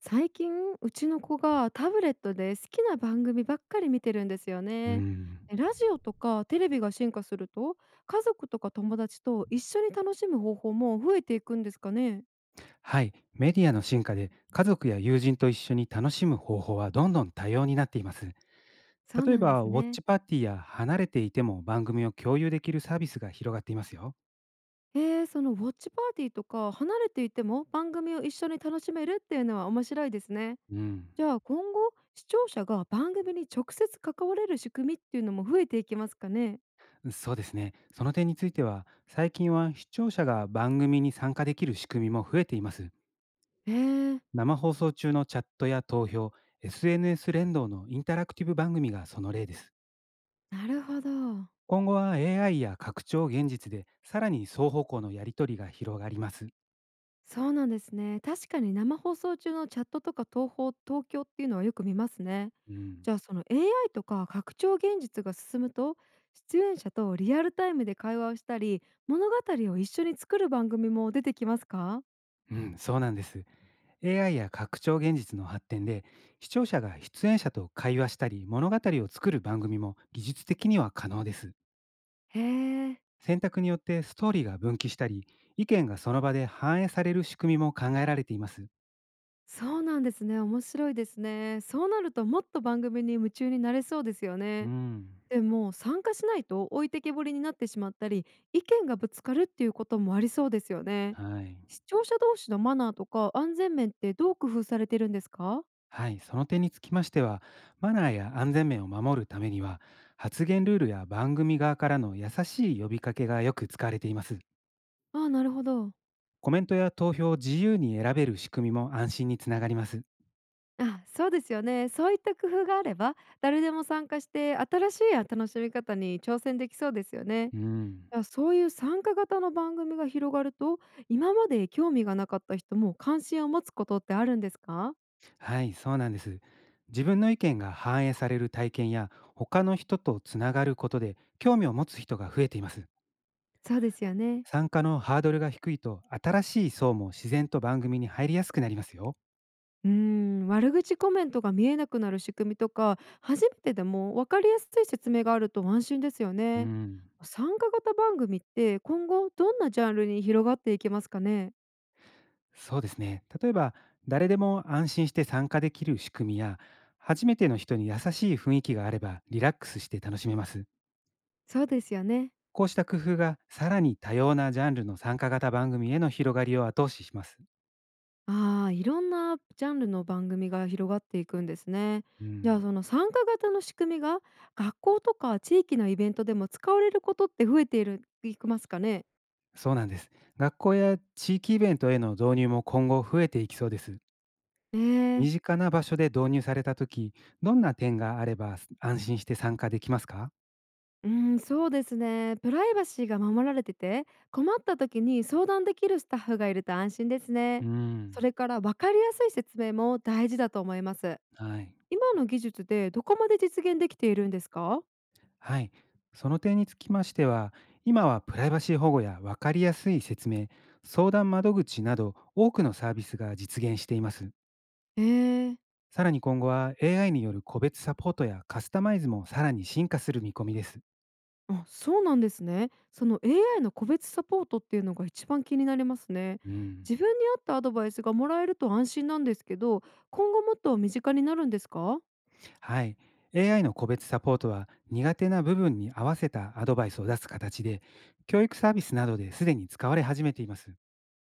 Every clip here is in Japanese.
最近うちの子がタブレットで好きな番組ばっかり見てるんですようね。ん。ラジオとかテレビが進化すると、家族とか友達と一緒に楽しむ方法も増えていくんですかね？はい。メディアの進化で家族や友人と一緒に楽しむ方法はどんどん多様になっています。そう例えなんでば、ウすォッね。チパーティーや離れていても番組を共有できるサービスが広がっていますよ。そのウォッチパーティーとか離れていても番組を一緒に楽しめるっていうのは面白いですね。うん。じゃあ今後視聴者が番組に直接関われる仕組みっていうのも増えていきますかね？そうですね。その点については、最近は視聴者が番組に参加できる仕組みも増えています。えー、生放送中のチャットや投票、SNS 連動のインタラクティブ番組がその例です。なるほど。今後は AI や拡張現実で、さらに双方向のやり取りが広がります。そうなんですね。確かに生放送中のチャットとか東方東京っていうのはよく見ますね。うん、じゃあその AI とか拡張現実が進むと、出演者とリアルタイムで会話をしたり物語を一緒に作る番組も出てきますか？うん、そうなんです。AI や拡張現実の発展で、視聴者が出演者と会話したり、物語を作る番組も技術的には可能です。へえ選択によってストーリーが分岐したり、意見がその場で反映される仕組みも考えられています。そうなんですね。面白いですね。そうなるともっと番組に夢中になれそうですようね。ん、でも参加しないと置いてけぼりになってしまったり、意見がぶつかるっていうこともありそうですよね。はい。視聴者同士のマナーとか安全面ってどう工夫されてるんですか？はい、その点につきましては、マナーや安全面を守るためには、発言ルールや番組側からの優しい呼びかけがよく使われています。ああ、なるほど。コメントや投票を自由に選べる仕組みも安心につながります。あ、そうですよね。そういった工夫があれば、誰でも参加して新しい楽しみ方に挑戦できそうですよね。うん、あ、そういう参加型の番組が広がると、今まで興味がなかった人も関心を持つことってあるんですか？はい、そうなんです。自分の意見が反映される体験や、他の人とつながることで興味を持つ人が増えています。そうですよね。参加のハードルが低いと、新しい層も自然と番組に入りやすくなりますよ。うーん、悪口コメントが見えなくなる仕組みとか、初めてでも分かりやすい説明があると安心ですようーね。ん、参加型番組って今後どんなジャンルに広がっていきますかね。そうですね。例えば、誰でも安心して参加できる仕組みや、初めての人に優しい雰囲気があればリラックスして楽しめます。そうですよね。こうした工夫がさらに多様なジャンルの参加型番組への広がりを後押しします。ああ、いろんなジャンルの番組が広がっていくんですね。うじゃあん。その参加型の仕組みが学校とか地域のイベントでも使われることって増えているいきますかね。そうなんです。学校や地域イベントへの導入も今後増えていきそうです。ええ、身近な場所で導入されたとき、どんな点があれば安心して参加できますか？うん、そうですね。プライバシーが守られてて、困った時に相談できるスタッフがいると安心ですうーね。そん。れから分かりやすい説明も大事だと思います。はい。今の技術でどこまで実現できているんですか？はい。その点につきましては、今はプライバシー保護や分かりやすい説明、相談窓口など多くのサービスが実現しています。えー、さらに今後は AI による個別サポートやカスタマイズもさらに進化する見込みです。あ、そうなんですね。その AI の個別サポートっていうのが一番気になりますね。うん。自分に合ったアドバイスがもらえると安心なんですけど、今後もっと身近になるんですか？はい。AI の個別サポートは苦手な部分に合わせたアドバイスを出す形で、教育サービスなどですでに使われ始めています。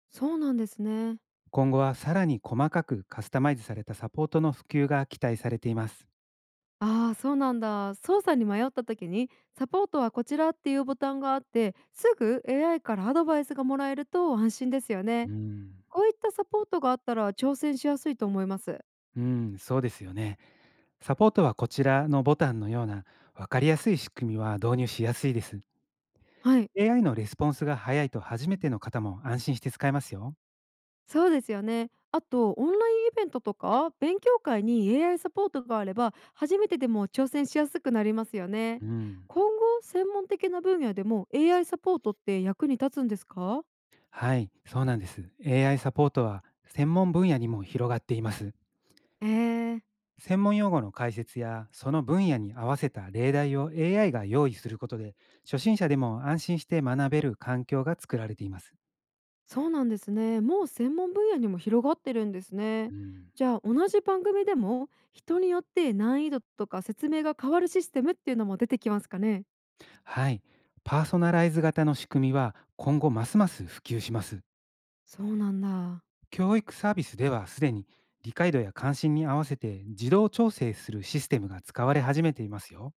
そうなんですね。今後はさらに細かくカスタマイズされたサポートの普及が期待されています。ああ、そうなんだ。操作に迷った時に「サポートはこちら」っていうボタンがあってすぐ AI からアドバイスがもらえると安心ですようね。ん、こういったサポートがあったら挑戦しやすいと思います。うん、そうですよね。サポートはこちらのボタンのような分かりやすい仕組みは導入しやすいです。はい、AI のレスポンスが早いと初めての方も安心して使えますよ。そうですよね。あとオンラインイベントとか勉強会に AI サポートがあれば、初めてでも挑戦しやすくなりますよね。うん、今後専門的な分野でも AI サポートって役に立つんですか？はい、そうなんです。AI サポートは専門分野にも広がっています。えー専門用語の解説やその分野に合わせた例題を AI が用意することで初心者でも安心して学べる環境が作られています。そうなんですね。もう専門分野にも広がってるんですうね。ん、じゃあ同じ番組でも人によって難易度とか説明が変わるシステムっていうのも出てきますかね。はい。パーソナライズ型の仕組みは今後ますます普及します。そうなんだ。教育サービスではすでに理解度や関心に合わせて自動調整するシステムが使われ始めていますよ。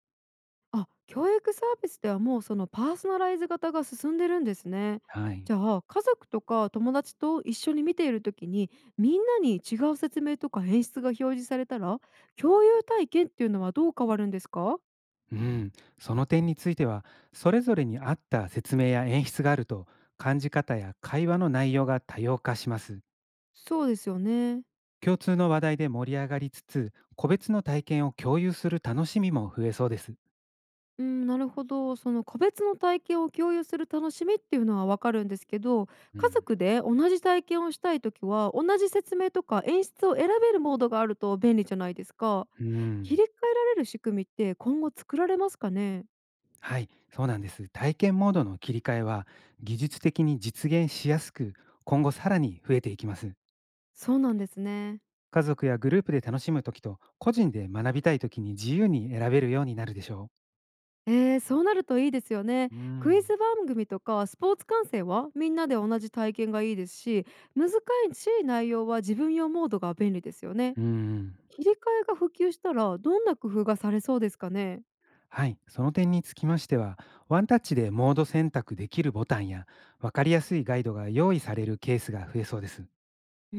あ、教育サービスではもうそのパーソナライズ型が進んでるんですね。はじい。ゃあ家族とか友達と一緒に見ている時に、みんなに違う説明とか演出が表示されたら、共有体験っていうのはどう変わるんですか？うん。その点については、それぞれに合った説明や演出があると、感じ方や会話の内容が多様化します。そうですよね。共通の話題で盛り上がりつつ、個別の体験を共有する楽しみも増えそうです。うん、なるほど。その個別の体験を共有する楽しみっていうのはわかるんですけど、う家ん。族で同じ体験をしたいときは、同じ説明とか演出を選べるモードがあると便利じゃないですか。う切ん。り替えられる仕組みって今後作られますかね。はい、そうなんです。体験モードの切り替えは、技術的に実現しやすく、今後さらに増えていきます。そうなんですね。家族やグループで楽しむときと、個人で学びたいときに自由に選べるようになるでしょそうなるといいですよね。う。うクイん。ズ番組とかスポーツ観戦はみんなで同じ体験がいいですし、難しい内容は自分用モードが便利ですよね。う。ん。切り替えが普及したらどんな工夫がされそうですかね。はい、その点につきましては、ワンタッチでモード選択できるボタンや、分かりやすいガイドが用意されるケースが増えそうです。うー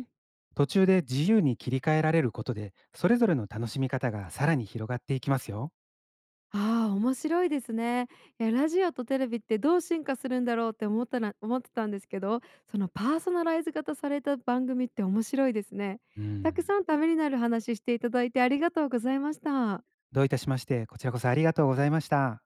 ん、途中で自由に切り替えられることで、それぞれの楽しみ方がさらに広がっていきますよ。ああ、面白いですね。いや、ラジオとテレビってどう進化するんだろうって思ってたんですけど、そのパーソナライズ型された番組って面白いですね。うたくん。さんためになる話していただいてありがとうございました。どういたしまして、こちらこそありがとうございました。